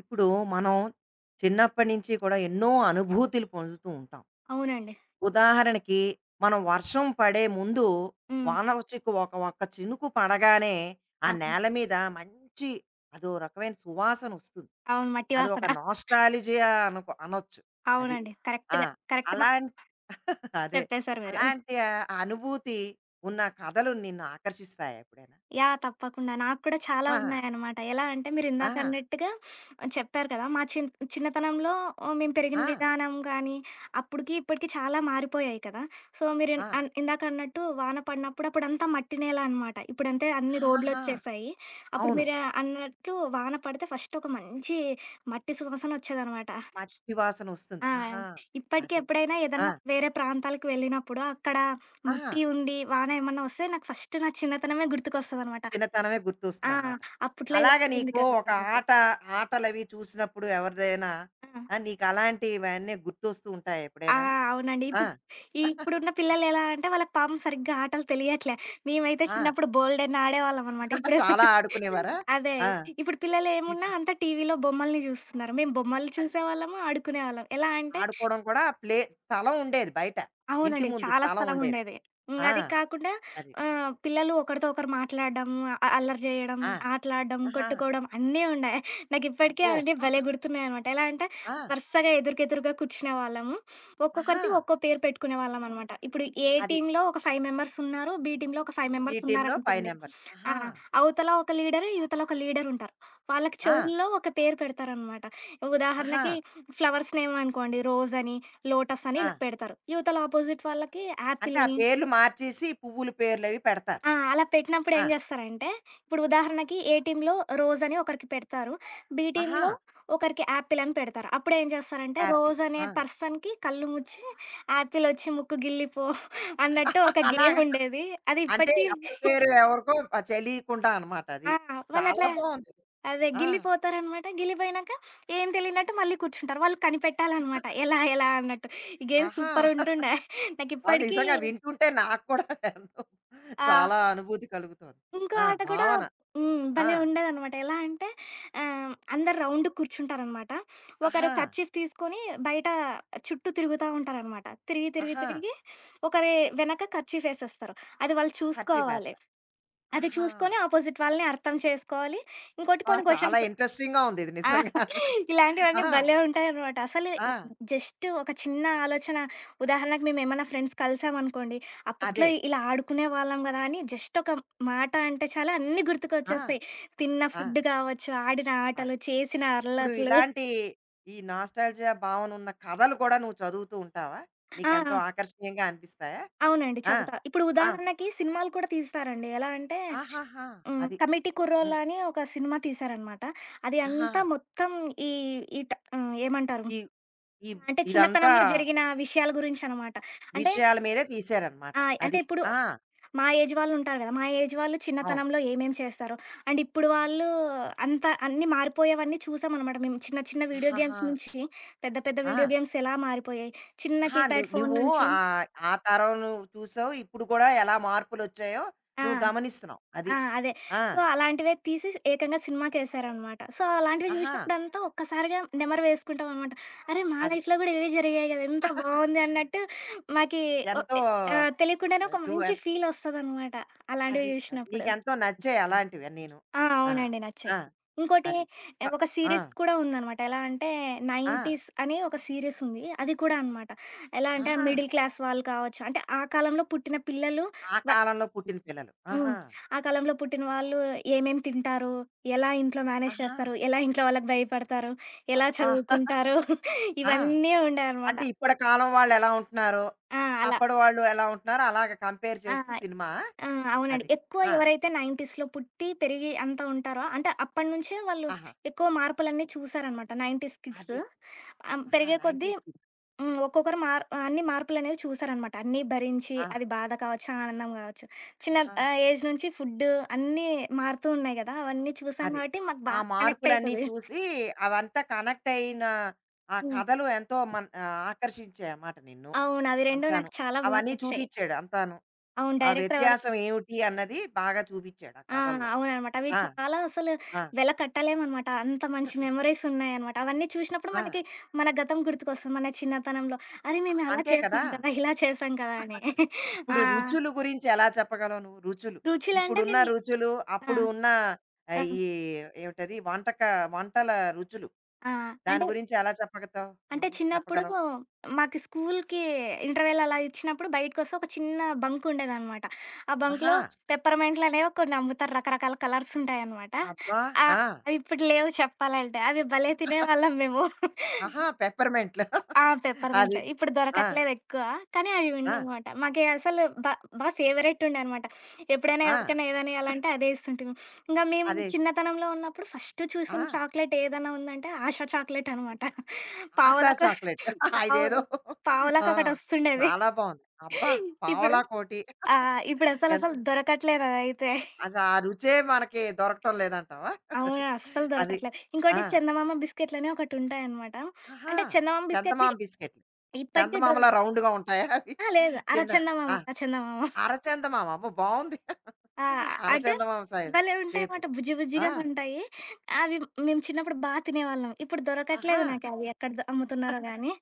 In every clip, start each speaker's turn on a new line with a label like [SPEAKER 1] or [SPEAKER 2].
[SPEAKER 1] ఇప్పుడు మనం చిన్నప్పటి నుంచి కూడా ఎన్నో అనుభూతులు పొందుతూ ఉంటాం.
[SPEAKER 2] అవునండి.
[SPEAKER 1] ఉదాహరణకి మనం వర్షం పడే ముందు
[SPEAKER 2] హ్మ్.
[SPEAKER 1] వాన వచ్చి ఒక్క చినుకు పడగానే ఆ
[SPEAKER 2] అవును.
[SPEAKER 1] నేల మీద మంచి అదో రకమైన సువాసన వస్తుంది.
[SPEAKER 2] అవును. మట్టి
[SPEAKER 1] అది ఒక
[SPEAKER 2] వాసన.
[SPEAKER 1] నాస్టాల్జియా అనుకో అనొచ్చు. అది.
[SPEAKER 2] అవునండి.
[SPEAKER 1] ఆ!
[SPEAKER 2] కరెక్ట్‌గా కరెక్ట్ మాట
[SPEAKER 1] అలాం అదే.
[SPEAKER 2] చెప్పేసారు మీరు.
[SPEAKER 1] అలాంటి అనుభూతి ఉన్న కథలు నిన్ను ఆకర్షిస్తాయా ఎప్పుడైనా?
[SPEAKER 2] యాహ్! తప్పకుండా. నాకు కూడా చాలా
[SPEAKER 1] ఆహా!
[SPEAKER 2] ఉన్నాయన్నమాట. ఎలా అంటే మీరిందాక
[SPEAKER 1] ఆ!
[SPEAKER 2] అన్నట్టుగా చెప్పారు కదా! మా చిన్నతనంలో మేము పెరిగిన
[SPEAKER 1] ఆ!
[SPEAKER 2] విధానం గానీ, అప్పటికి ఇప్పటికి చాలా మారిపోయాయి కదా! సో, మీరు ఇన్-
[SPEAKER 1] ఆ!
[SPEAKER 2] అన్ ఇందాక అన్నట్టు వాన పడినప్పుడు అప్పుడంతా మట్టి నేల అనమాట. ఇప్పుడంటే అన్ని
[SPEAKER 1] ఆహాహా!
[SPEAKER 2] రోడ్లొచ్చేసాయి. అప్పుడు
[SPEAKER 1] అవును.
[SPEAKER 2] మీరు అన్నట్టు వాన పడితే ఫస్ట్ ఒక మంచి మట్టి సువాసనొచ్చేదనమాట.
[SPEAKER 1] మంచి వాసనొస్తుంది.
[SPEAKER 2] ఆ!
[SPEAKER 1] ఆహా!
[SPEAKER 2] ఇప్పటికి
[SPEAKER 1] అది.
[SPEAKER 2] ఎప్పుడైనా
[SPEAKER 1] ఆ!
[SPEAKER 2] ఏదన్నా వేరే ప్రాంతాలకు వెళ్ళినప్పుడు అక్కడ
[SPEAKER 1] ఆహా!
[SPEAKER 2] మట్టి ఉండి వాన ఏమన్నా వస్తే నాకు ఫస్ట్ నా చిన్నతనమే గుర్తుకొస్తదనమాట.
[SPEAKER 1] చిన్నతనమే
[SPEAKER 2] ఆ!
[SPEAKER 1] గుర్తొస్తుందనమాట.
[SPEAKER 2] అప్పట్లో ఇలా
[SPEAKER 1] అలాగ
[SPEAKER 2] అయింది
[SPEAKER 1] నీకు
[SPEAKER 2] కదా!
[SPEAKER 1] ఒక
[SPEAKER 2] అన్నట్టు.
[SPEAKER 1] ఆట ఆటలవి చూసినప్పుడు ఎవరిదైనా?
[SPEAKER 2] ఆ!
[SPEAKER 1] ఆ! నీకలాంటివన్నీ గుర్తొస్తూ ఉంటాయా
[SPEAKER 2] ఆ!
[SPEAKER 1] ఎప్పుడైనాను?
[SPEAKER 2] అవునండి.
[SPEAKER 1] ఆ!
[SPEAKER 2] ఇప్పుడు ఇప్పుడున్న పిల్లలు ఎలా అంటే వాళ్ళకి పాపం సరిగ్గా ఆటలు తెలియట్లే. మేమైతే
[SPEAKER 1] ఆ!
[SPEAKER 2] చిన్నప్పుడు బోలెడన్ని ఆడేవాళ్ళమనమాట. ఇప్పుడు
[SPEAKER 1] చాలా ఆడుకునేవారా?
[SPEAKER 2] అదే.
[SPEAKER 1] ఆ!
[SPEAKER 2] ఇప్పుడు పిల్లలేమున్నా
[SPEAKER 1] ఇప్పుడు
[SPEAKER 2] అంతా టీవీలో బొమ్మల్ని చూస్తున్నారు. మేము బొమ్మలు
[SPEAKER 1] అది.
[SPEAKER 2] చూసేవాళ్ళము, ఆడుకునేవాళ్ళం. ఎలా అంటే
[SPEAKER 1] ఆడుకోవడం కూడా ప్లే స్థలం ఉండేది బయట. ఇంటి
[SPEAKER 2] అవునండి.
[SPEAKER 1] ముందు
[SPEAKER 2] చాలా
[SPEAKER 1] స్థలం ఉండేది.
[SPEAKER 2] స్థలముండేది. హ్మ్.
[SPEAKER 1] ఆ!
[SPEAKER 2] అది కాకుండా
[SPEAKER 1] అది.
[SPEAKER 2] పిల్లలు ఒకరితో ఒకరు మాట్లాడడం, అల్లరి జేయడం,
[SPEAKER 1] ఆ!
[SPEAKER 2] ఆటలాడడం,
[SPEAKER 1] ఆహా!
[SPEAKER 2] కొట్టుకోవడం అన్నీ ఉన్నాయి. నాకిప్పటికీ
[SPEAKER 1] అబ్బో!
[SPEAKER 2] అవన్నీ భలే గుర్తున్నాయనమాట. ఎలా అంటే
[SPEAKER 1] ఆ!
[SPEAKER 2] వరుసగా ఎదురుకెదురుగా కూర్చునేవాళ్ళము.
[SPEAKER 1] ఆహా!
[SPEAKER 2] ఒక్కొక్కరికి ఒక్కో పేరు పెట్టుకునేవాళ్ళమనమాట. ఇప్పుడు ఏ
[SPEAKER 1] అది.
[SPEAKER 2] టీమ్‌లో ఒక 5 మెంబర్స్ ఉన్నారు. బి టీమ్‌లో ఒక 5
[SPEAKER 1] మీ
[SPEAKER 2] మెంబర్స్
[SPEAKER 1] టీమ్‌లో 5
[SPEAKER 2] ఉన్నారనుకోండి.
[SPEAKER 1] మెంబర్స్.
[SPEAKER 2] ఆ!
[SPEAKER 1] ఆహా!
[SPEAKER 2] అవతల ఒక లీడరు, ఇవతల ఒక లీడరుంటారు. వాళ్ళకి
[SPEAKER 1] ఆ!
[SPEAKER 2] చెవుల్లో ఒక పేరు పెడతారనమాట.
[SPEAKER 1] ఆహా!
[SPEAKER 2] ఉదాహరణకి ఫ్లవర్స్ నేమ్ అనుకోండి రోజ్ అని, లోటస్ అని
[SPEAKER 1] ఆ!
[SPEAKER 2] ఇలా పెడతారు. యువతల అపోజిట్ వాళ్ళకి
[SPEAKER 1] అంటే ఆ
[SPEAKER 2] యాపిలని
[SPEAKER 1] పేర్లు మార్చేసి పువ్వుల పేర్లవి పెడతారు.
[SPEAKER 2] ఆ! అలా పెట్టినప్పుడు
[SPEAKER 1] ఆ!
[SPEAKER 2] ఏం చేస్తారంటే, ఇప్పుడు ఉదాహరణకి ఏ టీమ్‌లో రోజ్ అని ఒకరికి పెడతారు. బి
[SPEAKER 1] ఆహా!
[SPEAKER 2] టీమ్‌లో ఒకరికి యాపిల్ అని పెడతారు. అప్పుడు ఏం చేస్తారంటే,
[SPEAKER 1] యాపిల్.
[SPEAKER 2] రోజ్ అనే
[SPEAKER 1] ఆ!
[SPEAKER 2] పర్సన్‌కి కళ్ళు ముచ్చి యాపిల్ వచ్చి ముక్కు గిల్లిపో అన్నట్టు ఒక గేమ్
[SPEAKER 1] అలాగా.
[SPEAKER 2] ఉండేది. అది
[SPEAKER 1] అంటే
[SPEAKER 2] ఇప్పటికి
[SPEAKER 1] ఎవరి పేరు ఎవరికో తెలియకుండా అనమాట అది.
[SPEAKER 2] ఆ!
[SPEAKER 1] చాలా
[SPEAKER 2] వాళ్ళట్లా
[SPEAKER 1] బావుంది.
[SPEAKER 2] అదే
[SPEAKER 1] ఆ!
[SPEAKER 2] గిల్లిపోతారనమాట. గిల్లిపోయినాక ఏం తెలియనట్టు మళ్ళీ కూర్చుంటారు. వాళ్ళు కనిపెట్టాలనమాట ఎలా ఎలా అన్నట్టు. ఈ గేమ్
[SPEAKER 1] ఆహా!
[SPEAKER 2] సూపర్ ఉంటుండే.
[SPEAKER 1] అవును,
[SPEAKER 2] నాకిప్పటికి
[SPEAKER 1] నిజంగా వింటుంటే నాకు కూడా ఎంతో
[SPEAKER 2] ఆ!
[SPEAKER 1] చాలా అనుభూతి కలుగుతోంది.
[SPEAKER 2] ఇంకో
[SPEAKER 1] ఆ!
[SPEAKER 2] ఆట కూడా
[SPEAKER 1] భావన.
[SPEAKER 2] హ్మ్.
[SPEAKER 1] ఆ!
[SPEAKER 2] భలే ఉండేదనమాట. ఎలా అంటే అందరు రౌండ్‌గా కూర్చుంటారనమాట. ఒకరు
[SPEAKER 1] ఆహా!
[SPEAKER 2] కర్చీఫ్ తీసుకొని బయట చుట్టూ తిరుగుతా ఉంటారనమాట. తిరిగి, తిరిగి,
[SPEAKER 1] ఆహా!
[SPEAKER 2] తిరిగి ఒకరి వెనక కర్చీఫ్ ఏసేస్తారు. అది వాళ్ళు
[SPEAKER 1] కర్చీఫేస్త.
[SPEAKER 2] చూసుకోవాలి. అది
[SPEAKER 1] ఆహా!
[SPEAKER 2] చూసుకొని ఆపోజిట్ వాళ్ళని అర్థం చేసుకోవాలి. ఇంకోటి
[SPEAKER 1] ఆ!
[SPEAKER 2] కొన్ని
[SPEAKER 1] చాలా
[SPEAKER 2] క్వెషన్స్
[SPEAKER 1] ఇంట్రెస్టింగ్‌గా ఉంది ఇది
[SPEAKER 2] ఆ!
[SPEAKER 1] నిజంగాను. ఆ!
[SPEAKER 2] ఇలాంటివన్నీ భలే ఉంటాయనమాట. అసలు
[SPEAKER 1] ఆ!
[SPEAKER 2] జస్ట్ ఒక చిన్న ఆలోచన ఉదాహరణకు మేమేమన్నా ఫ్రెండ్స్ కలిసామనుకోండి, అప్పట్లో
[SPEAKER 1] అదే.
[SPEAKER 2] ఇలా ఆడుకునే వాళ్ళం గదా! అని జస్ట్ ఒక మాట అంటే చాలు అన్నీ
[SPEAKER 1] ఆ!
[SPEAKER 2] గుర్తుకొచ్చేస్తాయి. తిన్న
[SPEAKER 1] ఆ!
[SPEAKER 2] ఫుడ్ గావచ్చు, ఆడిన
[SPEAKER 1] అదే.
[SPEAKER 2] ఆటలు, చేసిన
[SPEAKER 1] ఇప్పుడు
[SPEAKER 2] అల్లర్లు.
[SPEAKER 1] ఇలాంటి ఈ నాస్టాల్జియా భావన ఉన్న కథలు కూడా నువ్వు చదువుతూ ఉంటావా?
[SPEAKER 2] ఆ!
[SPEAKER 1] నీకెంతో ఆకర్షణీయంగా అనిపిస్తాయా?
[SPEAKER 2] అవునండి.
[SPEAKER 1] ఆ!
[SPEAKER 2] చెబుతా. ఇప్పుడు
[SPEAKER 1] ఆ!
[SPEAKER 2] ఉదాహరణకి సినిమాలు కూడా తీస్తారండి. ఎలా అంటే
[SPEAKER 1] ఆహాహా!
[SPEAKER 2] హ్మ్,
[SPEAKER 1] అది.
[SPEAKER 2] 'కమిటీ కుర్రోళ్ళు'
[SPEAKER 1] హ్మ్.
[SPEAKER 2] అని ఒక సినిమా తీశారనమాట. అది
[SPEAKER 1] ఆహా!
[SPEAKER 2] అంతా మొత్తం ఈ ఈ ట ఆహ్, ఏమంటారు?
[SPEAKER 1] ఈ ఈ
[SPEAKER 2] అంటే
[SPEAKER 1] ఇదంతా
[SPEAKER 2] చిన్నతనంలో జరిగిన విషయాల గురించనమాట. అంటే
[SPEAKER 1] విషయాల మీదే తీశారనమాట.
[SPEAKER 2] ఆ! అంటే
[SPEAKER 1] అది.
[SPEAKER 2] ఇప్పుడు
[SPEAKER 1] ఆ!
[SPEAKER 2] మా ఏజ్ వాళ్ళుంటారు గదా! మా ఏజ్ వాళ్ళు
[SPEAKER 1] అవును.
[SPEAKER 2] చిన్నతనంలో ఏమేం చేస్తారో, అండ్ ఇప్పుడు వాళ్ళు అన్నీ మారిపోయేవన్నీ చూసామనమాట మేము. చిన్న చిన్న వీడియో
[SPEAKER 1] ఆహాహా!
[SPEAKER 2] గేమ్స్ నుంచి పెద్ద పెద్ద
[SPEAKER 1] ఆ!
[SPEAKER 2] వీడియో గేమ్స్ ఎలా మారిపోయాయి. చిన్న
[SPEAKER 1] ఆహా! ను
[SPEAKER 2] కీప్యాడ్ ఫోన్
[SPEAKER 1] నువ్వు
[SPEAKER 2] నుంచి
[SPEAKER 1] ఆ తరం నువ్వు చూసావు. ఇప్పుడు కూడా ఎలా మార్పులొచ్చాయో నువ్వు
[SPEAKER 2] ఆ!
[SPEAKER 1] గమనిస్తున్నావు. అది.
[SPEAKER 2] ఆ! అదే.
[SPEAKER 1] ఆ!
[SPEAKER 2] సో, అలాంటివే తీసి ఏకంగా సినిమాకేశారనమాట. సో, అలాంటివి
[SPEAKER 1] ఆహా!
[SPEAKER 2] జూసినప్పుడంతా ఒక్కసారిగా నెమరు వేసుకుంటామనమాట. అరే! మా
[SPEAKER 1] అది.
[SPEAKER 2] లైఫ్‌లో గూడా ఇవే జరిగాయి గదా! ఎంత బావుంది అన్నట్టు మాకి ఒ
[SPEAKER 1] ఎంతో
[SPEAKER 2] ఎ ఆ!
[SPEAKER 1] ఆహ్,
[SPEAKER 2] తెలియకుండానే ఒక
[SPEAKER 1] నువ్వు
[SPEAKER 2] మంచి
[SPEAKER 1] ఎన్
[SPEAKER 2] ఫీలొస్తదనమాట అలాంటివి
[SPEAKER 1] అది.
[SPEAKER 2] జూసినప్పుడు.
[SPEAKER 1] నీకెంతో నచ్చాయి అలాంటివి నేను.
[SPEAKER 2] ఆ!
[SPEAKER 1] ఆ!
[SPEAKER 2] అవునండి. నచ్చాయి.
[SPEAKER 1] ఆ!
[SPEAKER 2] ఇంకోటి
[SPEAKER 1] అది. అ
[SPEAKER 2] ఒక
[SPEAKER 1] ఆ!
[SPEAKER 2] సీరీస్ కూడా ఉందనమాట. ఎలా అంటే
[SPEAKER 1] ఆ!
[SPEAKER 2] 90స్ అని ఒక సీరీస్ ఉంది. అది కూడా అనమాట. ఎలా అంటే
[SPEAKER 1] ఆహా!
[SPEAKER 2] మిడిల్ క్లాస్ వాళ్ళు కావచ్చు. అంటే ఆ కాలంలో పుట్టిన పిల్లలు
[SPEAKER 1] ఆ
[SPEAKER 2] వ
[SPEAKER 1] కాలంలో పుట్టిన పిల్లలు.
[SPEAKER 2] హ్మ్.
[SPEAKER 1] ఆహా!
[SPEAKER 2] ఆ కాలంలో పుట్టిన వాళ్ళు ఏమేం తింటారు? ఎలా ఇంట్లో మేనేజ్
[SPEAKER 1] ఆహా!
[SPEAKER 2] చేస్తారు? ఎలా ఇంట్లో వాళ్ళకి భయపడతారు? ఎలా
[SPEAKER 1] అబ్బా!
[SPEAKER 2] చదువుకుంటారు?
[SPEAKER 1] ఆ!
[SPEAKER 2] ఇవన్నీ ఉండేవనమాట.
[SPEAKER 1] అంటే ఇప్పటి కాలం వాళ్ళెలా ఉంటున్నారో,
[SPEAKER 2] ఆ! అలా.
[SPEAKER 1] అప్పటి వాళ్ళు ఎలా ఉంటున్నారో అలాగ కంపేర్
[SPEAKER 2] ఆ!
[SPEAKER 1] చేస్తూ సినిమా
[SPEAKER 2] ఆ! అవునండి.
[SPEAKER 1] అది.
[SPEAKER 2] ఎక్కువ
[SPEAKER 1] ఆ!
[SPEAKER 2] ఎవరైతే 90స్‌లో పుట్టి, పెరిగి అంతా ఉంటారో అంటే అప్పటినుంచే వాళ్ళు
[SPEAKER 1] ఆహా!
[SPEAKER 2] ఎక్కువ మార్పులన్నీ చూసారనమాట 90స్ కిడ్స్.
[SPEAKER 1] అది. ఆహా!
[SPEAKER 2] పెరిగే కొద్దీ
[SPEAKER 1] 90స్ కిడ్స్.
[SPEAKER 2] హ్మ్. ఒక్కొక్కరు అన్ని మార్పులనేవి చూసారనమాట. అన్నీ భరించి
[SPEAKER 1] ఆ!
[SPEAKER 2] అది బాధ కావచ్చు, ఆనందం కావచ్చు. చిన్న
[SPEAKER 1] ఆహా!
[SPEAKER 2] ఏజ్ నుంచి ఫుడ్డు అన్నీ మారుతూ ఉన్నాయి కదా! అవన్నీ చూసాం
[SPEAKER 1] అది.
[SPEAKER 2] కాబట్టి మాకు
[SPEAKER 1] ఆ
[SPEAKER 2] బాగా కనెక్ట్
[SPEAKER 1] మార్పులన్నీ
[SPEAKER 2] అయితది.
[SPEAKER 1] చూసి, అవంతా కనెక్ట్ అయిన ఆ
[SPEAKER 2] హ్మ్.
[SPEAKER 1] కథలు ఎంతో మన్ ఆకర్షించాయన్నమాట నిన్ను.
[SPEAKER 2] అవును. అవి 2
[SPEAKER 1] అంతాను.
[SPEAKER 2] నాకు చాలా బాగా
[SPEAKER 1] అవన్నీ
[SPEAKER 2] నచ్చాయి.
[SPEAKER 1] చూపిచ్చాడు అంతాను.
[SPEAKER 2] అవును.
[SPEAKER 1] ఆ
[SPEAKER 2] డైరెక్టర్ ఎవరు
[SPEAKER 1] వ్యత్యాసం ఏమిటి అన్నది బాగా చూపిచ్చాడు ఆ
[SPEAKER 2] ఆ!
[SPEAKER 1] కథల్లో.
[SPEAKER 2] అవుననమాట. అవి
[SPEAKER 1] ఆ!
[SPEAKER 2] చాలా అసలు
[SPEAKER 1] ఆ!
[SPEAKER 2] వెల కట్టలేమనమాట. అంత మంచి మెమోరీస్ ఉన్నాయనమాట. అవన్నీ చూసినప్పుడు
[SPEAKER 1] ఆ!
[SPEAKER 2] మనకి మన గతం గుర్తుకొస్తుంది. మన చిన్నతనంలో అరే! మేము అలా
[SPEAKER 1] అంతే కదా!
[SPEAKER 2] చేసాం కదా! ఇలా చేసాం కదా! అని.
[SPEAKER 1] ఇప్పుడు
[SPEAKER 2] ఆ!
[SPEAKER 1] రుచులు గురించి ఎలా చెప్పగలవు నువ్వు? రుచులు.
[SPEAKER 2] రుచులంటే
[SPEAKER 1] ఇప్పుడున్న
[SPEAKER 2] మేము
[SPEAKER 1] రుచులు,
[SPEAKER 2] ఆ!
[SPEAKER 1] అప్పుడు ఉన్న
[SPEAKER 2] ఆ!
[SPEAKER 1] ఈ ఏమిటది వంటక వంటల రుచులు.
[SPEAKER 2] ఆ!
[SPEAKER 1] దాని
[SPEAKER 2] అంటే,
[SPEAKER 1] గురించి ఎలా చెప్పగతావు
[SPEAKER 2] అంటే
[SPEAKER 1] నువ్వు?
[SPEAKER 2] చిన్నప్పుడు
[SPEAKER 1] చెప్పగలవు?
[SPEAKER 2] మాకు స్కూల్‌కి ఇంటర్వెల్ అలా ఇచ్చినప్పుడు బయటకొస్తే ఒక చిన్న బంక్ ఉండేదనమాట. ఆ
[SPEAKER 1] ఆహా!
[SPEAKER 2] బంక్‌లో పెప్పర్‌మెంట్‌లనేవో కొన్ని అమ్ముతారు. రకరకాల కలర్స్ ఉంటాయనమాట.
[SPEAKER 1] అబ్బా!
[SPEAKER 2] ఆ!
[SPEAKER 1] ఆ!
[SPEAKER 2] అవి ఇప్పుడు లేవు చెప్పాలంటే. అవి భలే తినేవాళ్ళం మేము.
[SPEAKER 1] ఆహా! పెప్పర్‌మెంట్‌లు.
[SPEAKER 2] ఆ!
[SPEAKER 1] అది.
[SPEAKER 2] పెప్పర్‌మెంట్‌లే. ఇప్పుడు
[SPEAKER 1] ఆ!
[SPEAKER 2] దొరకట్లేదెక్కువ. కానీ అవి
[SPEAKER 1] ఆ!
[SPEAKER 2] ఉండేనమాట. మాకి అసలు బా ఫేవరెట్ ఉండే అనమాట. ఎప్పుడైనా
[SPEAKER 1] ఆ!
[SPEAKER 2] ఎవరికైనా ఏదైనా ఇయ్యాలంటే అదే ఇస్తుంటిమి. ఇంగా మేము
[SPEAKER 1] అదే.
[SPEAKER 2] చిన్నతనంలో ఉన్నప్పుడు ఫస్ట్
[SPEAKER 1] ఆ!
[SPEAKER 2] చూసిన చాక్లెట్ ఏదన్నా ఉందంటే ఆశా చాక్లెట్ అనమాట.
[SPEAKER 1] ఆశా
[SPEAKER 2] పావలా‌కొ
[SPEAKER 1] చాక్లెట్.
[SPEAKER 2] పావు
[SPEAKER 1] ఇదేదో ఆ!
[SPEAKER 2] పావలా‌కొకటొస్తుండేది.
[SPEAKER 1] చాలా బావుంది. అబ్బా!
[SPEAKER 2] ఇప్పుడు
[SPEAKER 1] పావలా కోటి.
[SPEAKER 2] ఆ!
[SPEAKER 1] ఎంత
[SPEAKER 2] ఇప్పుడసలసలు దొరకట్లేదు అదైతే.
[SPEAKER 1] అది ఆ రుచే మనకి దొరకటం లేదంటావా?
[SPEAKER 2] అవును. అస్సలు
[SPEAKER 1] అది.
[SPEAKER 2] దొరకట్లేదు.
[SPEAKER 1] ఆ!
[SPEAKER 2] ఇంకోటి చందమామ బిస్కెట్లని ఒకటుంటాయనమాట.
[SPEAKER 1] ఆహా!
[SPEAKER 2] అంటే చందమామ బిస్కెట్‌లు
[SPEAKER 1] చందమామ బిస్కెట్‌లు.
[SPEAKER 2] ఇప్పటికి దొర
[SPEAKER 1] చందమామలా రౌండ్‌గా ఉంటాయా అవి?
[SPEAKER 2] ఆ! లేదు. అర
[SPEAKER 1] చిన్నవి.
[SPEAKER 2] చందమామ,
[SPEAKER 1] ఆ!
[SPEAKER 2] అర చందమామ.
[SPEAKER 1] అరచందమామ. అమ్మో! బావుంది.
[SPEAKER 2] ఆ! అంటే
[SPEAKER 1] అరచందమామ సైజు
[SPEAKER 2] భలే
[SPEAKER 1] షేపు.
[SPEAKER 2] ఉంటాయన్నమాట. బుజ్జి
[SPEAKER 1] ఆ!
[SPEAKER 2] బుజ్జిగా ఉంటాయి. అవి మేము చిన్నప్పుడు బా తినేవాళ్ళం. ఇప్పుడు
[SPEAKER 1] ఆహా!
[SPEAKER 2] దొరకట్లేదు నాకవి ఎక్కడ అమ్ముతున్నారో గానీ.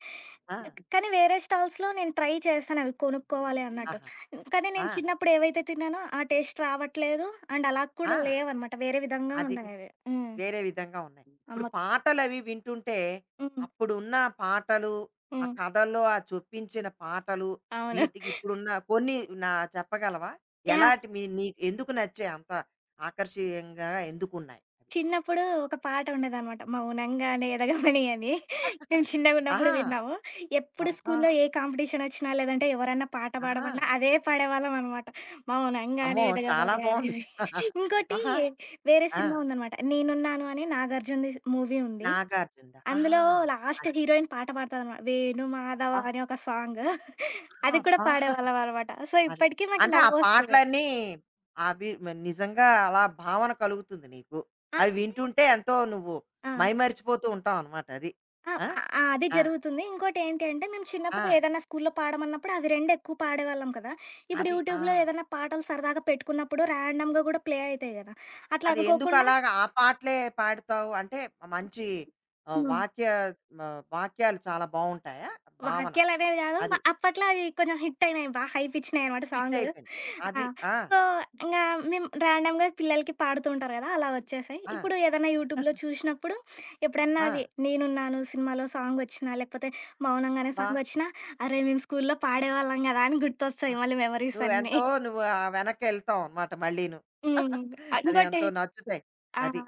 [SPEAKER 1] ఆ!
[SPEAKER 2] కానీ వేరే స్టాల్స్‌లో నేను ట్రై చేశాను అవి కొనుక్కోవాలి అన్నట్టు.
[SPEAKER 1] ఆహా!
[SPEAKER 2] కానీ
[SPEAKER 1] ఆ!
[SPEAKER 2] నేను చిన్నప్పుడు ఏవైతే తిన్నానో ఆ టేస్ట్ రావట్లేదు. అండ్ అలా
[SPEAKER 1] ఆ!
[SPEAKER 2] కూడా లేవన్నమాట. వేరే విధంగా
[SPEAKER 1] అది.
[SPEAKER 2] ఉన్నాయవి. హ్మ్.
[SPEAKER 1] వేరే విధంగా ఉన్నాయి.
[SPEAKER 2] ఆ
[SPEAKER 1] ఇప్పుడు
[SPEAKER 2] మొత్
[SPEAKER 1] పాటలవి వింటుంటే,
[SPEAKER 2] హ్మ్.
[SPEAKER 1] అప్పుడున్న పాటలు, ఆ
[SPEAKER 2] హ్మ్.
[SPEAKER 1] కథల్లో ఆ చొప్పించిన పాటలు,
[SPEAKER 2] అవును.
[SPEAKER 1] వీటికి ఇప్పుడున్న కొన్ని నా చెప్పగలవా?
[SPEAKER 2] యాహ్!
[SPEAKER 1] ఎలాంటి మీ నీకు ఎందుకు నచ్చాయి, అంత ఆకర్షణీయంగా ఎందుకున్నాయి?
[SPEAKER 2] చిన్నప్పుడు ఒక పాట ఉండేదనమాట. 'మౌనంగానే ఎదగమని' అని. మేము చిన్నగున్నప్పుడు
[SPEAKER 1] ఆహా!
[SPEAKER 2] విన్నాము. ఎప్పుడు
[SPEAKER 1] అబ్బా!
[SPEAKER 2] స్కూల్లో ఏ కాంపిటీషనొచ్చినా, లేదంటే ఎవరన్నా పాట
[SPEAKER 1] ఆహా!
[SPEAKER 2] పాడమన్నా అదే పాడేవాళ్ళం అనమాట.
[SPEAKER 1] అమ్మో!
[SPEAKER 2] 'మౌనంగానే
[SPEAKER 1] చాలా
[SPEAKER 2] ఎదగమని'
[SPEAKER 1] బావుంది.
[SPEAKER 2] అనేది. ఇంకోటి
[SPEAKER 1] ఆహా!
[SPEAKER 2] వేరే
[SPEAKER 1] ఆ!
[SPEAKER 2] సినిమా ఉందనమాట. 'నేనున్నాను' అని 'నాగార్జునది' మూవీ ఉంది.
[SPEAKER 1] నాగార్జునదా. ఆహా!
[SPEAKER 2] అందులో లాస్ట్
[SPEAKER 1] అది.
[SPEAKER 2] హీరోయిన్ పాట పాడతదనమాట. 'వేణు
[SPEAKER 1] అబ్బా!
[SPEAKER 2] మాధవ' అని ఒక సాంగ్.
[SPEAKER 1] ఆహా
[SPEAKER 2] అది కూడా
[SPEAKER 1] అబ్బా!
[SPEAKER 2] పాడేవాళ్ళం అనమాట. సో,
[SPEAKER 1] అది.
[SPEAKER 2] ఇప్పటికి మాకు
[SPEAKER 1] అంటే ఆ
[SPEAKER 2] నవ్వొస్తది.
[SPEAKER 1] పాటలన్నీ అవి మ నిజంగా అలా భావన కలుగుతుంది నీకు.
[SPEAKER 2] ఆ!
[SPEAKER 1] అవి
[SPEAKER 2] అంటే
[SPEAKER 1] వింటుంటే ఎంతో నువ్వు
[SPEAKER 2] ఆ!
[SPEAKER 1] మైమరిచిపోతూ ఉంటావనమాట అది.
[SPEAKER 2] ఆ!
[SPEAKER 1] ఆ!
[SPEAKER 2] ఆ! అది
[SPEAKER 1] ఆ!
[SPEAKER 2] జరుగుతుంది. ఇంకోటేంటి అంటే, మేము
[SPEAKER 1] ఆ!
[SPEAKER 2] చిన్నప్పుడు ఏదన్నా స్కూల్లో పాడమన్నప్పుడు అవి 2 ఎక్కువ పాడేవాళ్ళం కదా! ఇప్పుడు
[SPEAKER 1] అది. ఆ!
[SPEAKER 2] యూట్యూబ్‌లో ఏదన్నా పాటలు సరదాగా పెట్టుకున్నప్పుడు ర్యాండమ్‌గా గూడా ప్లే అయితాయి గదా! అట్లా
[SPEAKER 1] అది
[SPEAKER 2] అనుకోకుండా
[SPEAKER 1] ఎందుకలాగా ఆ పాటలే పాడుతావు? అంటే మంచి
[SPEAKER 2] హ్మ్.
[SPEAKER 1] వాక్య మ వాక్యాలు చాలా బావుంటాయా? భావన.
[SPEAKER 2] వాక్యాలనేది గాదు.
[SPEAKER 1] అది.
[SPEAKER 2] అప్పట్లో అవి కొంచెం హిట్ అయినాయి. బా హైప్ ఇచ్చినాయనమాట
[SPEAKER 1] హిట్
[SPEAKER 2] సాంగులు.
[SPEAKER 1] అయిపోయింది.
[SPEAKER 2] ఆ!
[SPEAKER 1] అది. ఆ!
[SPEAKER 2] సో, ఇంగా మేము రాండమ్‌గా పిల్లలకి పాడుతూ ఉంటారు గదా! అలా వచ్చేసాయి.
[SPEAKER 1] ఆ!
[SPEAKER 2] ఇప్పుడు ఏదైనా యూట్యూబ్‌లో చూసినప్పుడు ఎప్పుడన్నా
[SPEAKER 1] ఆ!
[SPEAKER 2] అవి 'నేనున్నాను' సినిమాలో సాంగొచ్చినా, లేకపోతే 'మౌనంగానే'
[SPEAKER 1] అబ్బా!
[SPEAKER 2] సాంగొచ్చినా, అరే! మేము స్కూల్లో పాడేవాళ్ళం గదా! అని గుర్తొస్తాయి
[SPEAKER 1] ఆహ్,
[SPEAKER 2] మళ్ళీ మెమరీస్ అన్నీ.
[SPEAKER 1] నువ్వెంతో నువ్వు ఆ వెనక్కెళ్తావనమాట మళ్ళీను.
[SPEAKER 2] హ్మ్.
[SPEAKER 1] అది
[SPEAKER 2] ఇంకోటి
[SPEAKER 1] ఎంతో నచ్చుతాయి.
[SPEAKER 2] ఆ!
[SPEAKER 1] అది.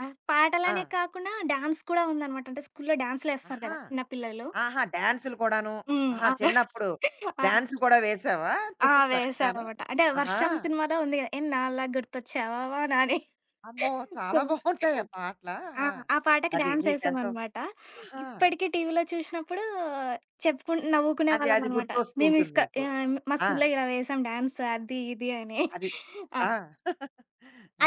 [SPEAKER 1] ఆ!
[SPEAKER 2] పాటలనే కాకుండా డాన్స్ కూడా ఉందనమాట. అంటే స్కూల్లో డాన్స్‌లేస్తారు
[SPEAKER 1] ఆహా!
[SPEAKER 2] గదా! చిన్న పిల్లలు.
[SPEAKER 1] ఆహా! డాన్సులు కూడాను.
[SPEAKER 2] హ్మ్.
[SPEAKER 1] ఆహా!
[SPEAKER 2] అవును.
[SPEAKER 1] చిన్నప్పుడు
[SPEAKER 2] ఆ!
[SPEAKER 1] డాన్స్ కూడా వేసావా
[SPEAKER 2] ఆ!
[SPEAKER 1] నువ్వు చక్కగాను?
[SPEAKER 2] వేశామనమాట. అంటే
[SPEAKER 1] ఆహా!
[SPEAKER 2] 'వర్షం' సినిమాలో ఉంది గదా! ఎన్నాళ్ళ గుర్తొచ్చావా వానా అని.
[SPEAKER 1] అమ్మో! చాలా బావుంటాయి ఆ
[SPEAKER 2] సో
[SPEAKER 1] పాటల.
[SPEAKER 2] ఆ!
[SPEAKER 1] ఆ!
[SPEAKER 2] ఆ పాటకి
[SPEAKER 1] అది
[SPEAKER 2] డాన్స్
[SPEAKER 1] నీకెంతో
[SPEAKER 2] ఏసామనమాట.
[SPEAKER 1] ఆహా!
[SPEAKER 2] ఇప్పటికి టీవీలో చూసినప్పుడు నవ్వుకునే
[SPEAKER 1] అది అది
[SPEAKER 2] వాళ్ళమనమాట.
[SPEAKER 1] గుర్తొస్తూ
[SPEAKER 2] మేము
[SPEAKER 1] ఉంటుంది
[SPEAKER 2] ఇస్క
[SPEAKER 1] నీకు.
[SPEAKER 2] మా
[SPEAKER 1] ఆ!
[SPEAKER 2] స్కూల్లో ఇలా వేసాం డాన్స్ అది ఇది అని.
[SPEAKER 1] అది.
[SPEAKER 2] ఆ!
[SPEAKER 1] ఆ!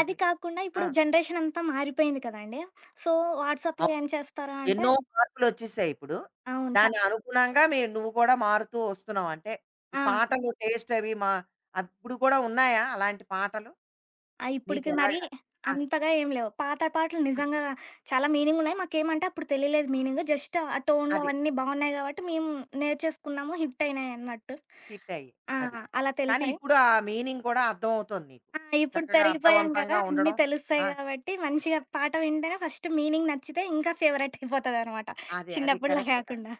[SPEAKER 2] అది కాకుండా
[SPEAKER 1] ఆ!
[SPEAKER 2] ఇప్పుడు జనరేషన్ అంతా మారిపోయింది కదండీ! సో వాట్సాప్‌లో
[SPEAKER 1] అవ్
[SPEAKER 2] ఏం చేస్తారు అంటే
[SPEAKER 1] ఎన్నో మార్పులొచ్చేసాయి ఇప్పుడు.
[SPEAKER 2] అవును.
[SPEAKER 1] దాని అనుగుణంగా మీ నువ్వు కూడా మారుతూ వస్తున్నావు. అంటే ఈ
[SPEAKER 2] ఆ!
[SPEAKER 1] పాటలు టేస్ట్ అవి మా అప్పుడు కూడా ఉన్నాయా అలాంటి పాటలు?
[SPEAKER 2] ఆ! ఇప్పటికి మరి
[SPEAKER 1] నీకెలాగా? ఆ!
[SPEAKER 2] అంతగా ఏం లేవు. పాత పాటలు నిజంగా చాలా మీనింగున్నాయి. మాకేమంటే అప్పుడు తెలియలేదు మీనింగు. జస్ట్ ఆ టోన్‌లు
[SPEAKER 1] అది.
[SPEAKER 2] అవన్నీ బావున్నాయి గాబట్టి మేము నేర్చేసుకున్నాము. హిట్ అయినాయి అన్నట్టు.
[SPEAKER 1] హిట్ అయ్యి.
[SPEAKER 2] ఆ!
[SPEAKER 1] అది.
[SPEAKER 2] అలా
[SPEAKER 1] కానీ
[SPEAKER 2] తెలిసాయి.
[SPEAKER 1] ఇప్పుడు ఆ మీనింగ్ కూడా అర్థం అవుతోంది నీకు.
[SPEAKER 2] ఆ! ఇప్పుడు
[SPEAKER 1] చక్కగా
[SPEAKER 2] పెరిగిపోయాం కదా!
[SPEAKER 1] అర్థవంతంగా
[SPEAKER 2] అన్నీ
[SPEAKER 1] ఉండడం.
[SPEAKER 2] తెలుస్తాయి
[SPEAKER 1] ఆ!
[SPEAKER 2] గాబట్టి మంచిగా పాట వింటేనే ఫస్ట్ మీనింగ్ నచ్చితే ఇంకా ఫేవరెట్ అయిపోతదనమాట.
[SPEAKER 1] అదే. అది
[SPEAKER 2] చిన్నప్పుడులా
[SPEAKER 1] కరెక్టే కదా!
[SPEAKER 2] కాకుండా.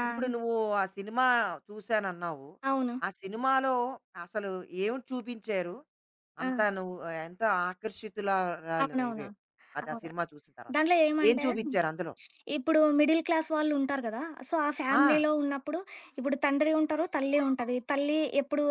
[SPEAKER 2] ఆ!
[SPEAKER 1] ఇప్పుడు నువ్వు ఆ సినిమా చూసానన్నావు.
[SPEAKER 2] అవును.
[SPEAKER 1] ఆ సినిమాలో అసలు ఏం చూపించారు?
[SPEAKER 2] ఆ!
[SPEAKER 1] అంతా నువ్వు ఆ, ఎంతో
[SPEAKER 2] అవునవును.
[SPEAKER 1] ఆకర్షితులరాలివైపోయావు. అది ఆ
[SPEAKER 2] అవును.
[SPEAKER 1] సినిమా చూసిన తర్వాత.
[SPEAKER 2] దాంట్లో
[SPEAKER 1] ఏం
[SPEAKER 2] ఏమంటే
[SPEAKER 1] చూపించారు అందులో?
[SPEAKER 2] ఇప్పుడు మిడిల్ క్లాస్ వాళ్ళు ఉంటారు కదా! సో, ఆ
[SPEAKER 1] ఆ!
[SPEAKER 2] ఫ్యామిలీలో ఉన్నప్పుడు ఇప్పుడు తండ్రి ఉంటారు, తల్లి ఉంటది. తల్లి ఎప్పుడు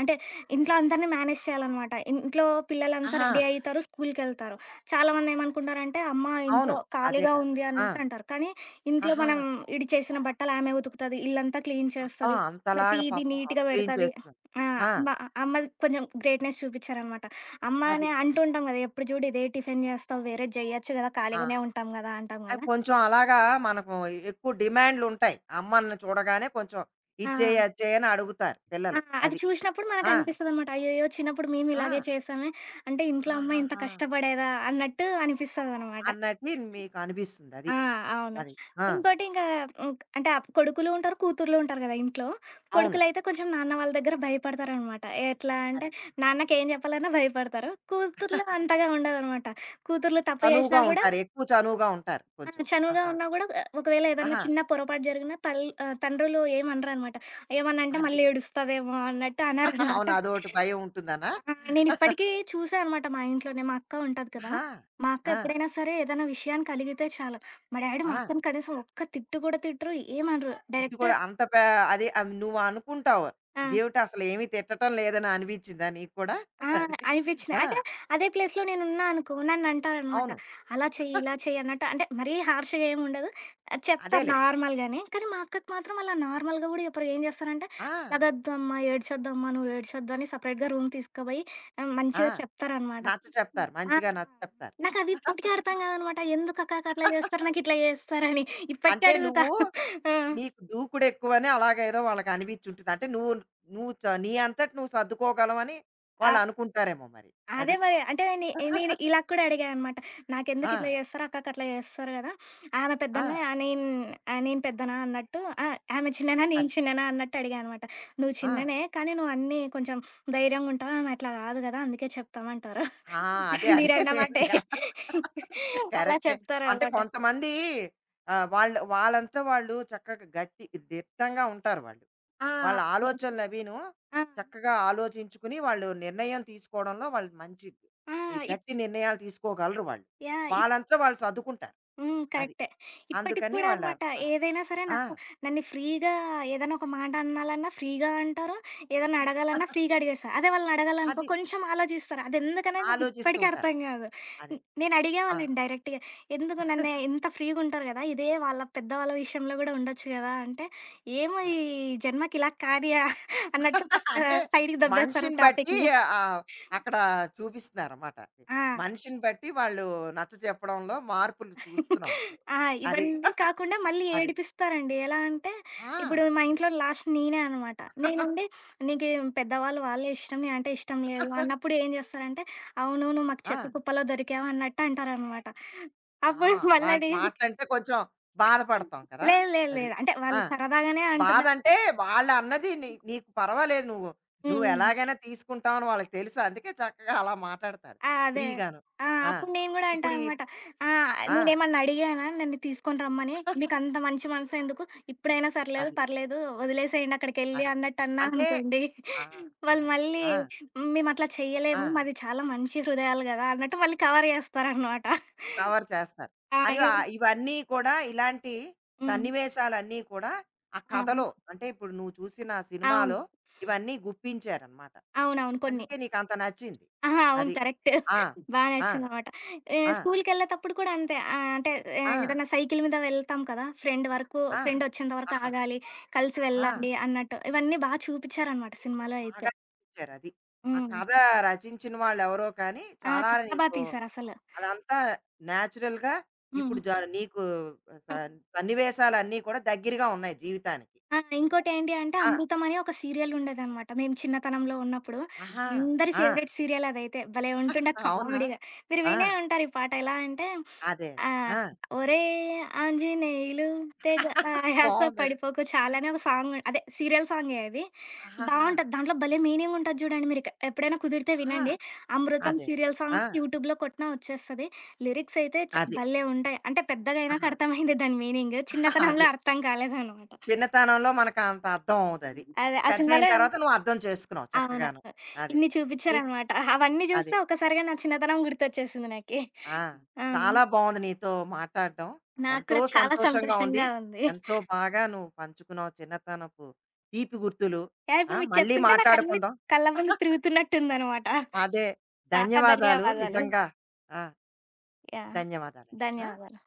[SPEAKER 2] అంటే ఇంట్లో అందరిని మేనేజ్ చేయాలనమాట. ఇంట్లో పిల్లలంతా
[SPEAKER 1] ఆహా!
[SPEAKER 2] రెడీ అయితారు, స్కూల్‌కెళ్తారు. చాలామంది ఏమనుకుంటారంటే, అమ్మ
[SPEAKER 1] అవును.
[SPEAKER 2] ఇంట్లో
[SPEAKER 1] అదే
[SPEAKER 2] ఖాళీగా
[SPEAKER 1] కదా!
[SPEAKER 2] ఉంది
[SPEAKER 1] ఆ!
[SPEAKER 2] అన్నట్టు అంటారు. కానీ ఇంట్లో
[SPEAKER 1] ఆహా!
[SPEAKER 2] మనం ఈడు చేసిన బట్టలు ఆమె ఉతుకుతది, ఇల్లంతా క్లీన్
[SPEAKER 1] అబ్బా!
[SPEAKER 2] చేస్తది,
[SPEAKER 1] అంతలాగా
[SPEAKER 2] ప్రతీది
[SPEAKER 1] పాపం
[SPEAKER 2] నీట్‌గా
[SPEAKER 1] క్లీన్
[SPEAKER 2] పెడతది.
[SPEAKER 1] చేస్తున్నారు.
[SPEAKER 2] ఆ!
[SPEAKER 1] ఆ!
[SPEAKER 2] అమ్మ అమ్మది కొంచెం గ్రేట్‌నెస్ చూపిచ్చారనమాట. అమ్మ
[SPEAKER 1] అది.
[SPEAKER 2] అనే అంటుంటాం కదా! ఎప్పుడు చూడు ఇదే టిఫిన్ చేస్తావు, వేరేది జెయ్యొచ్చు కదా!
[SPEAKER 1] ఆ!
[SPEAKER 2] ఖాళీగానే ఉంటాం కదా! అంటాం
[SPEAKER 1] ఆ!
[SPEAKER 2] కదా!
[SPEAKER 1] కొంచెం అలాగా మనకు ఎక్కువ డిమాండ్‌లుంటాయి. అమ్మని చూడగానే కొంచెం ఇది
[SPEAKER 2] ఆ!
[SPEAKER 1] చెయ్యి, అది చెయ్యి అని అడుగుతారు
[SPEAKER 2] ఆ!
[SPEAKER 1] పిల్లలు.
[SPEAKER 2] అది
[SPEAKER 1] అది.
[SPEAKER 2] చూసినప్పుడు
[SPEAKER 1] ఆ!
[SPEAKER 2] మనకనిపిస్తదనమాట. అయ్యయ్యో! చిన్నప్పుడు
[SPEAKER 1] ఆ!
[SPEAKER 2] మేమిలాగే చేశామే. అంటే ఇంట్లో అమ్మ ఇంత
[SPEAKER 1] ఆహాహా!
[SPEAKER 2] కష్టపడేదా అన్నట్టు అనిపిస్తదనమాట.
[SPEAKER 1] అన్నట్టు మీకు అనిపిస్తుంది అది.
[SPEAKER 2] ఆ! అవును.
[SPEAKER 1] అది. ఆ!
[SPEAKER 2] ఇంకోటి ఇంకా హ్మ్, అంటే ఆప్ కొడుకులు ఉంటారు, కూతుర్లు ఉంటారు కదా ఇంట్లో.
[SPEAKER 1] అవును.
[SPEAKER 2] కొడుకులైతే కొంచెం నాన్న వాళ్ళ దగ్గర భయపడతారనమాట. ఎట్లా అంటే
[SPEAKER 1] అది.
[SPEAKER 2] నాన్నకేం చెప్పాలన్నా భయపడతారు. కూతుర్లు అంతగా ఉండదనమాట. కూతుర్లు తప్పు
[SPEAKER 1] చనువుగా
[SPEAKER 2] చేసినా గూడా
[SPEAKER 1] ఉంటారు. ఎక్కువ చనువుగా ఉంటారు
[SPEAKER 2] ఆ!
[SPEAKER 1] కొంచెం.
[SPEAKER 2] చనువుగా
[SPEAKER 1] ఆహా!
[SPEAKER 2] ఉన్నా గూడా ఒకవేళ ఏదన్నా
[SPEAKER 1] ఆహా!
[SPEAKER 2] చిన్న పొరపాటు జరిగినా తండ్రులు ఏమనరనమాట. ఏమన్నంటే
[SPEAKER 1] అది.
[SPEAKER 2] మళ్ళీ ఏడుస్తదేమో అన్నట్టు అనరనమాట.
[SPEAKER 1] అవును. అదోటి భయం ఉంటుందనా?
[SPEAKER 2] ఆ! నేనిప్పటికీ చూసా అనమాట మా ఇంట్లోనే. మా అక్క ఉంటది కదా!
[SPEAKER 1] ఆహా!
[SPEAKER 2] మా అక్క
[SPEAKER 1] ఆ!
[SPEAKER 2] ఎప్పుడైనా సరే ఏదైనా విషయాన్ని కలిగితే చాలు, మా డ్యాడీ మా
[SPEAKER 1] ఆ!
[SPEAKER 2] అక్కని కనీసం ఒక్క తిట్టు కూడా తిట్టరు, ఏమనరు.
[SPEAKER 1] తిట్టు
[SPEAKER 2] డైరెక్ట్
[SPEAKER 1] కూడా అంత పే అది అవి నువ్వు అనుకుంటావు.
[SPEAKER 2] ఆ!
[SPEAKER 1] ఇదేవిటి అసలేమి తిట్టటం లేదని అనిపించిందా నీకు కూడా?
[SPEAKER 2] ఆ!
[SPEAKER 1] అది.
[SPEAKER 2] అనిపిచ్చినియి.
[SPEAKER 1] ఆ!
[SPEAKER 2] అంటే అదే ప్లేస్‌లో నేనున్నా అనుకో నన్నంటారనమాట.
[SPEAKER 1] అవును.
[SPEAKER 2] అలా చెయ్యి, ఇలా చెయ్యి అన్నట్టు అంటే మరీ హార్ష్‌గా ఏముండదు. చెప్తారు
[SPEAKER 1] అదేలే.
[SPEAKER 2] నార్మల్‌గానే. కానీ మా అక్కకి మాత్రం అలా నార్మల్‌గా గూడా చెప్పరు. ఏం చేస్తారంటే,
[SPEAKER 1] ఆ!
[SPEAKER 2] "లగొద్దమ్మా, ఏడ్చొద్దమ్మా, నువ్వు ఏడ్చొద్దు" అని సపరేట్‌గా రూమ్ తీసుకుపోయి
[SPEAKER 1] ఆ!
[SPEAKER 2] మంచిగా చెప్తారనమాట.
[SPEAKER 1] నచ్చచెప్తారు.
[SPEAKER 2] ఆ!
[SPEAKER 1] మంచిగా నచ్చచెప్తారు.
[SPEAKER 2] నాకది ఇప్పటికి అర్థం కాదనమాట. ఎందుకక్కా అట్లా చేస్తారు? నాకిట్లా చేస్తారని. ఇప్పటికి
[SPEAKER 1] అంటే
[SPEAKER 2] అడుగుతా.
[SPEAKER 1] నువ్వు
[SPEAKER 2] ఆ!
[SPEAKER 1] నీకు దూకుడెక్కువని అలాగేదో వాళ్ళకనిపించుంటుంది. అంటే నువ్వు నువ్వు చ నీ అంతట నువ్వు సర్దుకోగలవని
[SPEAKER 2] ఆ!
[SPEAKER 1] వాళ్ళనుకుంటారేమో మరి.
[SPEAKER 2] అదే
[SPEAKER 1] అది.
[SPEAKER 2] మరి. అంటే నేను ఇలా కూడా అడిగా అనమాట.
[SPEAKER 1] ఆ!
[SPEAKER 2] నాకెందుకు ఇట్లా చేస్తారు? అక్కకి అట్లా చేస్తారు కదా! ఆమె
[SPEAKER 1] ఆ!
[SPEAKER 2] పెద్దనా ఆ నేను ఆహ్, నేను పెద్దనా అన్నట్టు ఆమె చిన్ననా
[SPEAKER 1] అది.
[SPEAKER 2] నేను చిన్ననా అన్నట్టు అడిగా అనమాట. నువ్వు
[SPEAKER 1] ఆ!
[SPEAKER 2] చిన్ననే కానీ నువ్వు అన్నీ కొంచెం ధైర్యంగా ఉంటావు. ఆమె అట్లా కాదు కదా! అందుకే చెప్తామంటారు.
[SPEAKER 1] ఆ! అదే. అదే.
[SPEAKER 2] మీరన్న
[SPEAKER 1] నేను
[SPEAKER 2] మాటే అలా
[SPEAKER 1] కరెక్టే. అంటే
[SPEAKER 2] చెప్తారనమాట.
[SPEAKER 1] కొంతమంది వాళ్ళు వాళ్ళంతా వాళ్ళు చక్కగా గట్టి దిట్టంగా ఉంటారు వాళ్ళు.
[SPEAKER 2] ఆ!
[SPEAKER 1] వాళ్ళ ఆలోచనలు అవిను
[SPEAKER 2] ఆ!
[SPEAKER 1] చక్కగా ఆలోచించుకుని వాళ్ళు నిర్ణయం తీసుకోవడంలో వాళ్ళు మంచి
[SPEAKER 2] ఆ!
[SPEAKER 1] ఈ
[SPEAKER 2] ఇప్
[SPEAKER 1] గట్టి నిర్ణయాలు తీసుకోగలరు వాళ్ళు.
[SPEAKER 2] యాహ్! ఇప్
[SPEAKER 1] వాళ్ళంతా వాళ్ళు సర్దుకుంటారు.
[SPEAKER 2] హ్మ్.
[SPEAKER 1] అది.
[SPEAKER 2] కరెక్టే. ఇప్పటికి
[SPEAKER 1] అందుకని
[SPEAKER 2] కూడా
[SPEAKER 1] వాళ్ళ
[SPEAKER 2] అనమాట.
[SPEAKER 1] అది.
[SPEAKER 2] ఏదైనా సరే
[SPEAKER 1] ఆ!
[SPEAKER 2] నాకు నన్ను ఫ్రీగా ఏదైనా ఒక మాట అనాలన్నా ఫ్రీగా అంటారు. ఏదన్నా అడగాలన్నా ఫ్రీగా అడిగేస్తారు. అదే వాళ్ళని అడగాలనుకో
[SPEAKER 1] అది.
[SPEAKER 2] కొంచెం ఆలోచిస్తారు. అదెందుకనేది నాకు
[SPEAKER 1] ఆలోచిస్తూ
[SPEAKER 2] ఇప్పటికి
[SPEAKER 1] ఉంటారు.
[SPEAKER 2] అర్థం కాదు.
[SPEAKER 1] అదే.
[SPEAKER 2] హ్మ్. నేను
[SPEAKER 1] ఆ!
[SPEAKER 2] అడిగేవాళ్ళని డైరెక్ట్‌గా. ఎందుకు నన్ను ఇంత ఫ్రీగా ఉంటారు కదా! ఇదే వాళ్ళ పెద్దవాళ్ళ విషయంలో కూడా ఉండొచ్చు కదా! అంటే, ఏమో
[SPEAKER 1] అది.
[SPEAKER 2] ఈ జన్మకి ఇలా కానీయా అన్నట్టు పక్క
[SPEAKER 1] అంటే
[SPEAKER 2] సైడ్‌కి దెబ్బేస్తారు
[SPEAKER 1] మనిషిని బట్టి
[SPEAKER 2] టాపిక్‌ని.
[SPEAKER 1] ఆహ్, అక్కడ చూపిస్తున్నారన్నమాట.
[SPEAKER 2] ఆ!
[SPEAKER 1] మనిషిని బట్టి వాళ్ళు నచ్చ చెప్పడంలో మార్పులు చూస్తున్నావు నువ్వు.
[SPEAKER 2] ఆ!
[SPEAKER 1] అది.
[SPEAKER 2] ఇవన్నీ కాకుండా మళ్ళీ
[SPEAKER 1] అది.
[SPEAKER 2] ఏడిపిస్తారండి. ఎలా అంటే, ఇప్పుడు
[SPEAKER 1] ఆ!
[SPEAKER 2] మా ఇంట్లో లాస్ట్ నేనే అనమాట. నేనుండి నీకేం పెద్దవాళ్ళు వాళ్ళే ఇష్టం. నేనంటే ఇష్టం లేదు అన్నప్పుడు ఏం చేస్తారంటే, అవును నువ్వు మాకు చెత్త
[SPEAKER 1] ఆ!
[SPEAKER 2] కుప్పలో దొరికావు అన్నట్టు అంటారనమాట.
[SPEAKER 1] ఆ!
[SPEAKER 2] అప్పుడు మళ్ళా
[SPEAKER 1] అలాంటి
[SPEAKER 2] నేను
[SPEAKER 1] మాటలంటే కొంచెం బాధపడతాం కదా!
[SPEAKER 2] లేదు లేదు
[SPEAKER 1] అది.
[SPEAKER 2] లేదు. అంటే
[SPEAKER 1] ఆ!
[SPEAKER 2] వాళ్ళు సరదాగానే అంటున్నారు.
[SPEAKER 1] బాధంటే వాళ్ళన్నది నీ నీకు పర్వాలేదు నువ్వు. నువ్వు
[SPEAKER 2] హ్మ్.
[SPEAKER 1] ఎలాగైనా తీసుకుంటావు అని వాళ్ళకి తెలుసు. అందుకే చక్కగా అలా మాట్లాడతారు
[SPEAKER 2] ఆ! అదే.
[SPEAKER 1] ఫ్రీగాను.
[SPEAKER 2] ఆ!
[SPEAKER 1] ఆ!
[SPEAKER 2] అప్పుడు నేను గూడా అంటా
[SPEAKER 1] ఇప్పుడు ఈ
[SPEAKER 2] అనమాట.
[SPEAKER 1] ఆ!
[SPEAKER 2] నేనేమన్నా అడిగానా నన్ను తీసుకొని రమ్మని? మీకంత మంచి మనసెందుకు? ఇప్పుడైనా సర్లేదు
[SPEAKER 1] అది.
[SPEAKER 2] పర్లేదు వదిలేసేయండి అక్కడికెళ్ళి
[SPEAKER 1] అది.
[SPEAKER 2] అన్నట్టన్నా
[SPEAKER 1] అంటే
[SPEAKER 2] అనుకోండి.
[SPEAKER 1] ఆ!
[SPEAKER 2] వాళ్ళు
[SPEAKER 1] అది.
[SPEAKER 2] మళ్ళీ
[SPEAKER 1] ఆ!
[SPEAKER 2] మేమట్లా
[SPEAKER 1] ఆ!
[SPEAKER 2] చెయ్యలేము. మాది చాలా మంచి హృదయాలు గదా! అన్నట్టు మళ్ళీ కవర్ జేస్తారనమాట.
[SPEAKER 1] కవర్ చేస్తారు.
[SPEAKER 2] ఆ!
[SPEAKER 1] అది
[SPEAKER 2] ఇగ
[SPEAKER 1] ఇవన్నీ కూడా ఇలాంటి
[SPEAKER 2] హ్మ్.
[SPEAKER 1] సన్నివేశాలన్నీ కూడా ఆ
[SPEAKER 2] ఆ!
[SPEAKER 1] కథలో అంటే ఇప్పుడు నువ్వు చూసిన ఆ
[SPEAKER 2] అవును.
[SPEAKER 1] సినిమాలో ఇవన్నీ గుప్పించారనమాట.
[SPEAKER 2] అవునవును. కొన్ని.
[SPEAKER 1] అందుకే నీకంత నచ్చింది.
[SPEAKER 2] ఆహా! అవును.
[SPEAKER 1] అది.
[SPEAKER 2] కరెక్ట్.
[SPEAKER 1] ఆ!
[SPEAKER 2] బా
[SPEAKER 1] ఆ!
[SPEAKER 2] నచ్చిందనమాట.
[SPEAKER 1] ఆ!
[SPEAKER 2] స్కూలుకెళ్ళేతప్పుడు కూడా అంతే. అంటే
[SPEAKER 1] ఆ!
[SPEAKER 2] ఏదైనా సైకిల్ మీద వెళ్తాం కదా! ఫ్రెండ్ వరకు
[SPEAKER 1] ఆ!
[SPEAKER 2] ఫ్రెండొచ్చేంత వరకు
[SPEAKER 1] ఆహాహా!
[SPEAKER 2] ఆగాలి, కలిసి
[SPEAKER 1] ఆ!
[SPEAKER 2] వెళ్ళండి అన్నట్టు. ఇవన్నీ బా చూపిచ్చారనమాట సినిమాలో అయితే.
[SPEAKER 1] బాగా రచించారది. ఆ
[SPEAKER 2] హ్మ్.
[SPEAKER 1] కథ రచించిన వాళ్ళెవరో కానీ,
[SPEAKER 2] ఆ!
[SPEAKER 1] చాలా
[SPEAKER 2] చాలా బా
[SPEAKER 1] నీకు
[SPEAKER 2] తీశారసలు.
[SPEAKER 1] అదంతా నేచురల్‌గా
[SPEAKER 2] హ్మ్.
[SPEAKER 1] ఇప్పుడు జ నీకు
[SPEAKER 2] ఆ!
[SPEAKER 1] సన్ సన్నివేశాలన్నీ కూడా దగ్గరగా ఉన్నాయి జీవితానికి.
[SPEAKER 2] ఆ! ఇంకోటేంటి అంటే
[SPEAKER 1] ఆ!
[SPEAKER 2] 'అమృతం' అని ఒక సీరియలుండేదనమాట. మేము చిన్నతనంలో ఉన్నప్పుడు
[SPEAKER 1] ఆహా!
[SPEAKER 2] అందరి
[SPEAKER 1] ఆ!
[SPEAKER 2] ఫేవరెట్ సీరియలదైతే. భలే ఉంటుండే
[SPEAKER 1] అవునా?
[SPEAKER 2] కామెడీగా. మీరు
[SPEAKER 1] ఆ!
[SPEAKER 2] వినే ఉంటారు ఈ పాట. ఎలా అంటే
[SPEAKER 1] అదే. అదే.
[SPEAKER 2] ఆహ్,
[SPEAKER 1] ఆ!
[SPEAKER 2] ఒరేయ్ ఆంజనేయులు తెగ ఆయాస
[SPEAKER 1] బావుందది.
[SPEAKER 2] పడిపోకు చాలు అని ఒక సాంగ్ అదే సీరియల్ సాంగే అది.
[SPEAKER 1] ఆహాహా!
[SPEAKER 2] బావుంటది. దాంట్లో భలే మీనింగుంటది చూడండి. మీరిక ఎప్పుడైనా కుదిరితే
[SPEAKER 1] ఆ!
[SPEAKER 2] వినండి. 'అమృతం'
[SPEAKER 1] అదే.
[SPEAKER 2] సీరియల్ సాంగ్
[SPEAKER 1] ఆ!
[SPEAKER 2] యూట్యూబ్‌లో కొట్టినా వచ్చేస్తది. లిరిక్సయితే చ
[SPEAKER 1] అది.
[SPEAKER 2] భలే ఉంటాయి. అంటే పెద్దగయినాక
[SPEAKER 1] ఆహా!
[SPEAKER 2] అర్థమైంది దాని మీనింగ్.
[SPEAKER 1] అదే.
[SPEAKER 2] చిన్నతనంలో అర్థం కాలేదనమాట.
[SPEAKER 1] చిన్నతనంలో మనకు అంత అర్థం అవ్వదు అది.
[SPEAKER 2] అదే. ఆ
[SPEAKER 1] పెద్దయిన
[SPEAKER 2] సినిమాలో
[SPEAKER 1] తర్వాత నువ్వు అర్థం చేసుకున్నావు చక్కగాను.
[SPEAKER 2] అవునవును.
[SPEAKER 1] అది.
[SPEAKER 2] ఇన్ని
[SPEAKER 1] నీ
[SPEAKER 2] చూపిచ్చారనమాట. అవన్నీ
[SPEAKER 1] అది.
[SPEAKER 2] జూస్తే ఒక్కసారిగా నా చిన్నతనం గుర్తొచ్చేసింది నాకి.
[SPEAKER 1] ఆ!
[SPEAKER 2] ఆ!
[SPEAKER 1] చాలా బావుంది నీతో మాట్లాడడం.
[SPEAKER 2] నాకు
[SPEAKER 1] ఎంతో
[SPEAKER 2] కూడా చాలా
[SPEAKER 1] సంతోషంగా ఉంది.
[SPEAKER 2] సంతోషంగా ఉంది.
[SPEAKER 1] ఎంతో బాగా నువ్వు పంచుకున్నావు చిన్నతనపు తీపి గుర్తులు.
[SPEAKER 2] యాహ్!
[SPEAKER 1] ఆ!
[SPEAKER 2] ఇప్పుడు మీకు
[SPEAKER 1] మళ్ళీ
[SPEAKER 2] చెప్తుంటే నాకన్నీ
[SPEAKER 1] మాట్లాడుకుందాం.
[SPEAKER 2] కళ్ళ ముందు తిరుగుతున్నట్టుందనమాట.
[SPEAKER 1] అదే.
[SPEAKER 2] చాలా
[SPEAKER 1] ధన్యవాదాలు
[SPEAKER 2] ధన్యవాదాలు.
[SPEAKER 1] నిజంగా. ఆ!
[SPEAKER 2] యాహ్!
[SPEAKER 1] ధన్యవాదాలు. ఆ!
[SPEAKER 2] ధన్యవాదాలు.